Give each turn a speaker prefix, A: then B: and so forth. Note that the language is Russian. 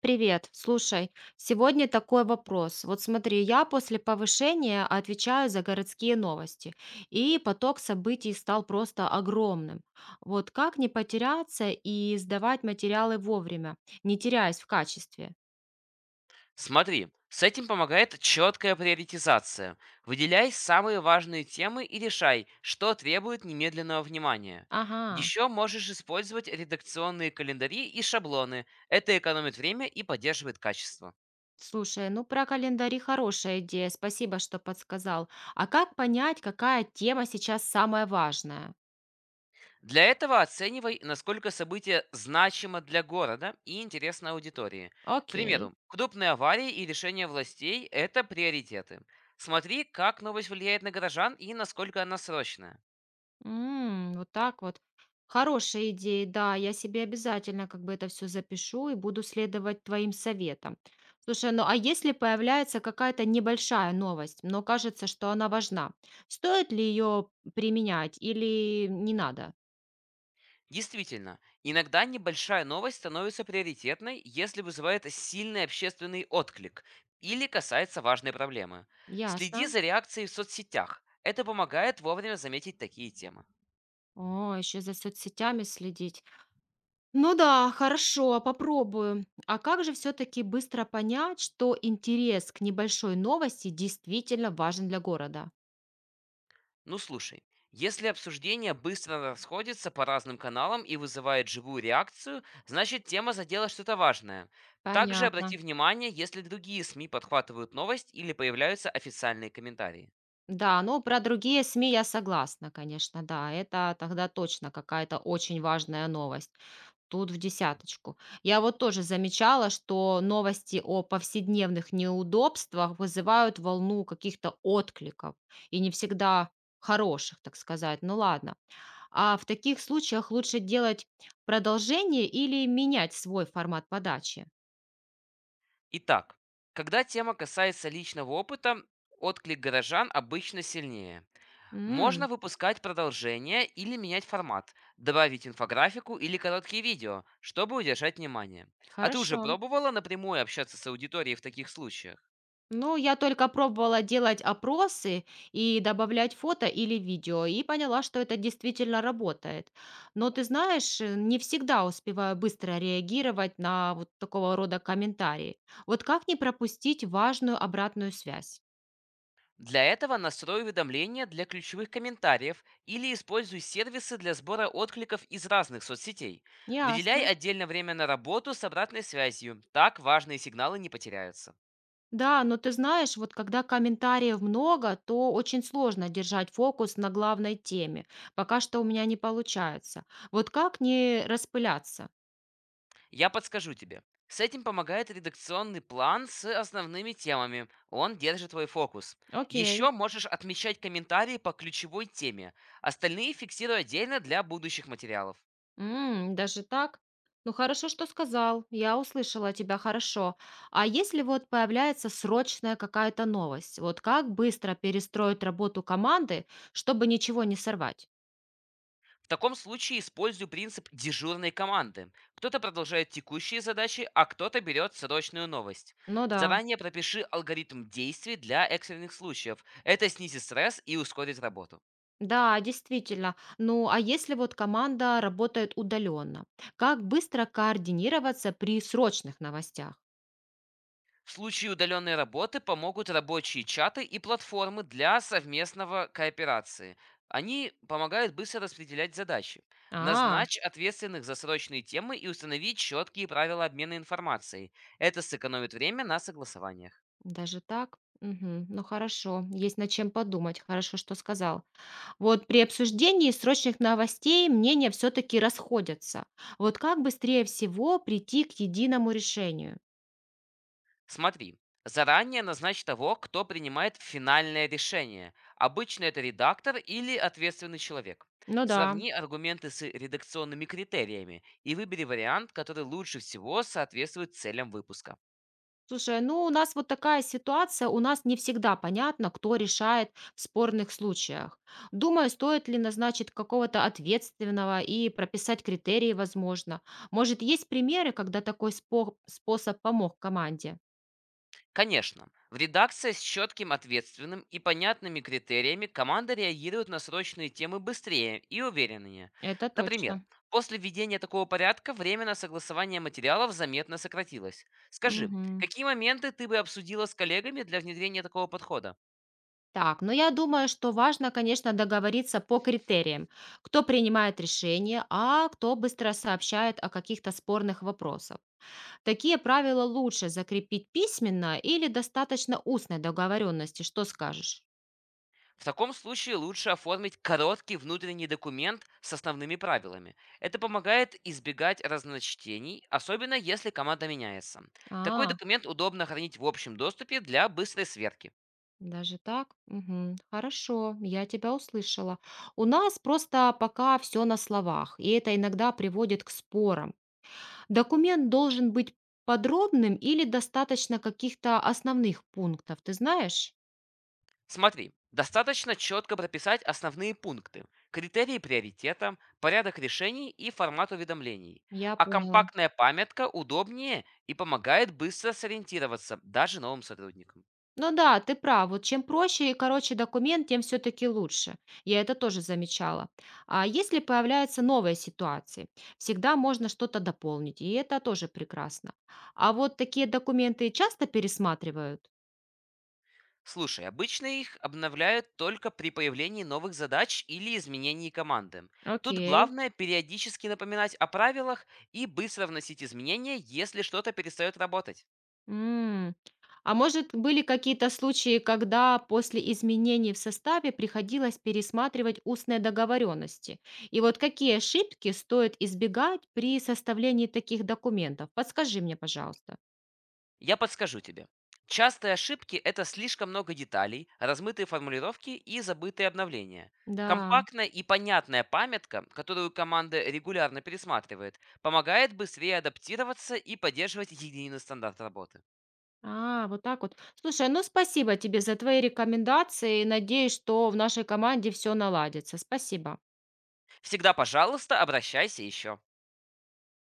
A: Привет. Слушай, сегодня такой вопрос. Вот смотри, я после повышения отвечаю за городские новости, и поток событий стал просто огромным. Вот как не потеряться и сдавать материалы вовремя, не теряясь в качестве?
B: Смотри, с этим помогает четкая приоритизация. Выделяй самые важные темы и решай, что требует немедленного внимания.
A: Ага.
B: Еще можешь использовать редакционные календари и шаблоны. Это экономит время и поддерживает качество.
A: Слушай, ну про календари хорошая идея. Спасибо, что подсказал. А как понять, какая тема сейчас самая важная?
B: Для этого оценивай, насколько событие значимо для города и интересно аудитории. К
A: Окей.
B: примеру, крупные аварии и решения властей– это приоритеты. Смотри, как новость влияет на горожан и насколько она срочная.
A: М, вот так вот. Хорошая идея, да, я себе обязательно как бы это все запишу и буду следовать твоим советам. Слушай, ну а если появляется какая-то небольшая новость, но кажется, что она важна, стоит ли ее применять или не надо?
B: Действительно, иногда небольшая новость становится приоритетной, если вызывает сильный общественный отклик или касается важной проблемы.
A: Ясно.
B: Следи за реакцией в соцсетях. Это помогает вовремя заметить такие темы.
A: О, еще за соцсетями следить. Ну да, хорошо, попробую. А как же все-таки быстро понять, что интерес к небольшой новости действительно важен для города?
B: Ну слушай, если обсуждение быстро расходится по разным каналам и вызывает живую реакцию, значит тема задела что-то важное. Также обрати
A: Понятно.
B: внимание, если другие СМИ подхватывают новость или появляются официальные комментарии.
A: Да, ну про другие СМИ я согласна, конечно, да, это тогда точно какая-то очень важная новость. Тут в десяточку. Я вот тоже замечала, что новости о повседневных неудобствах вызывают волну каких-то откликов и не всегда хороших, так сказать. Ну ладно. А в таких случаях лучше делать продолжение или менять свой формат подачи?
B: Итак, когда тема касается личного опыта, отклик горожан обычно сильнее. Можно
A: М,
B: выпускать продолжение или менять формат, добавить инфографику или короткие видео, чтобы удержать внимание. А ты уже
A: хорошо.
B: пробовала напрямую общаться с аудиторией в таких случаях?
A: Ну, я только пробовала делать опросы и добавлять фото или видео, и поняла, что это действительно работает. Но ты знаешь, не всегда успеваю быстро реагировать на вот такого рода комментарии. Вот как не пропустить важную обратную связь?
B: Для этого настрой уведомления для ключевых комментариев или используй сервисы для сбора откликов из разных соцсетей. Выделяй
A: Ясно.
B: отдельно время на работу с обратной связью, так важные сигналы не потеряются.
A: Да, но ты знаешь, вот когда комментариев много, то очень сложно держать фокус на главной теме. Пока что у меня не получается. Вот как не распыляться?
B: Я подскажу тебе. С этим помогает редакционный план с основными темами. Он держит твой фокус.
A: Окей.
B: Еще можешь отмечать комментарии по ключевой теме. Остальные фиксируй отдельно для будущих материалов.
A: М, даже так? Ну хорошо, что сказал. Я услышала тебя хорошо. А если вот появляется срочная какая-то новость, вот как быстро перестроить работу команды, чтобы ничего не сорвать?
B: В таком случае используй принцип дежурной команды. Кто-то продолжает текущие задачи, а кто-то берет срочную новость.
A: Ну да.
B: Заранее пропиши алгоритм действий для экстренных случаев. Это снизит стресс и ускорит работу.
A: Да, действительно. Ну а если вот команда работает удаленно, как быстро координироваться при срочных новостях?
B: В случае удаленной работы помогут рабочие чаты и платформы для совместного кооперации. Они помогают быстро распределять задачи.
A: А,
B: Назначь ответственных за срочные темы и установить четкие правила обмена информацией. Это сэкономит время на согласование.
A: даже так? Мгм. Ну хорошо, есть над чем подумать. Хорошо, что сказал. Вот при обсуждении срочных новостей мнения все-таки расходятся. Вот как быстрее всего прийти к единому решению?
B: Смотри, заранее назначь того, кто принимает финальное решение. Обычно это редактор или ответственный человек.
A: Ну да.
B: Сравни аргументы с редакционными критериями и выбери вариант, который лучше всего соответствует целям выпуска.
A: Слушай, ну у нас вот такая ситуация, у нас не всегда понятно, кто решает в спорных случаях. Думаю, стоит ли назначить какого-то ответственного и прописать критерии, возможно. Может, есть примеры, когда способ помог команде?
B: Конечно, в редакции с четким, ответственным и понятными критериями команда реагирует на срочные темы быстрее и увереннее.
A: Это
B: Например,
A: точно.
B: после введения такого порядка время на согласование материалов заметно сократилось. Скажи,
A: Мгм.
B: какие моменты ты бы обсудила с коллегами для внедрения такого подхода?
A: Так, но я думаю, что важно, конечно, договориться по критериям, кто принимает решение, а кто быстро сообщает о каких-то спорных вопросах. Такие правила лучше закрепить письменно или достаточно устной договоренности, что скажешь?
B: В таком случае лучше оформить короткий внутренний документ с основными правилами. Это помогает избегать разночтений, особенно если команда меняется. Такой
A: А,
B: документ удобно хранить в общем доступе для быстрой сверки.
A: даже так? Мгм. Хорошо, я тебя услышала. У нас просто пока все на словах, и это иногда приводит к спорам. Документ должен быть подробным или достаточно каких-то основных пунктов, ты знаешь?
B: Смотри, достаточно четко прописать основные пункты, критерии приоритета, порядок решений и формат уведомлений.
A: Я
B: А
A: поняла.
B: компактная памятка удобнее и помогает быстро сориентироваться даже новым сотрудникам.
A: Ну да, ты прав. Вот чем проще и короче документ, тем все-таки лучше. Я это тоже замечала. А если появляются новые ситуации, всегда можно что-то дополнить, и это тоже прекрасно. А вот такие документы часто пересматривают?
B: Слушай, обычно их обновляют только при появлении новых задач или изменении команды. Тут
A: Окей.
B: главное периодически напоминать о правилах и быстро вносить изменения, если что-то перестает работать.
A: М. А может, были какие-то случаи, когда после изменений в составе приходилось пересматривать устные договоренности? И вот какие ошибки стоит избегать при составлении таких документов? Подскажи мне, пожалуйста.
B: Я подскажу тебе. Частые ошибки– это слишком много деталей, размытые формулировки и забытые обновления.
A: Да.
B: Компактная и понятная памятка, которую команда регулярно пересматривает, помогает быстрее адаптироваться и поддерживать единый стандарт работы.
A: А, вот так вот. Слушай, ну спасибо тебе за твои рекомендации. Надеюсь, что в нашей команде все наладится. Спасибо.
B: Всегда, пожалуйста, обращайся еще.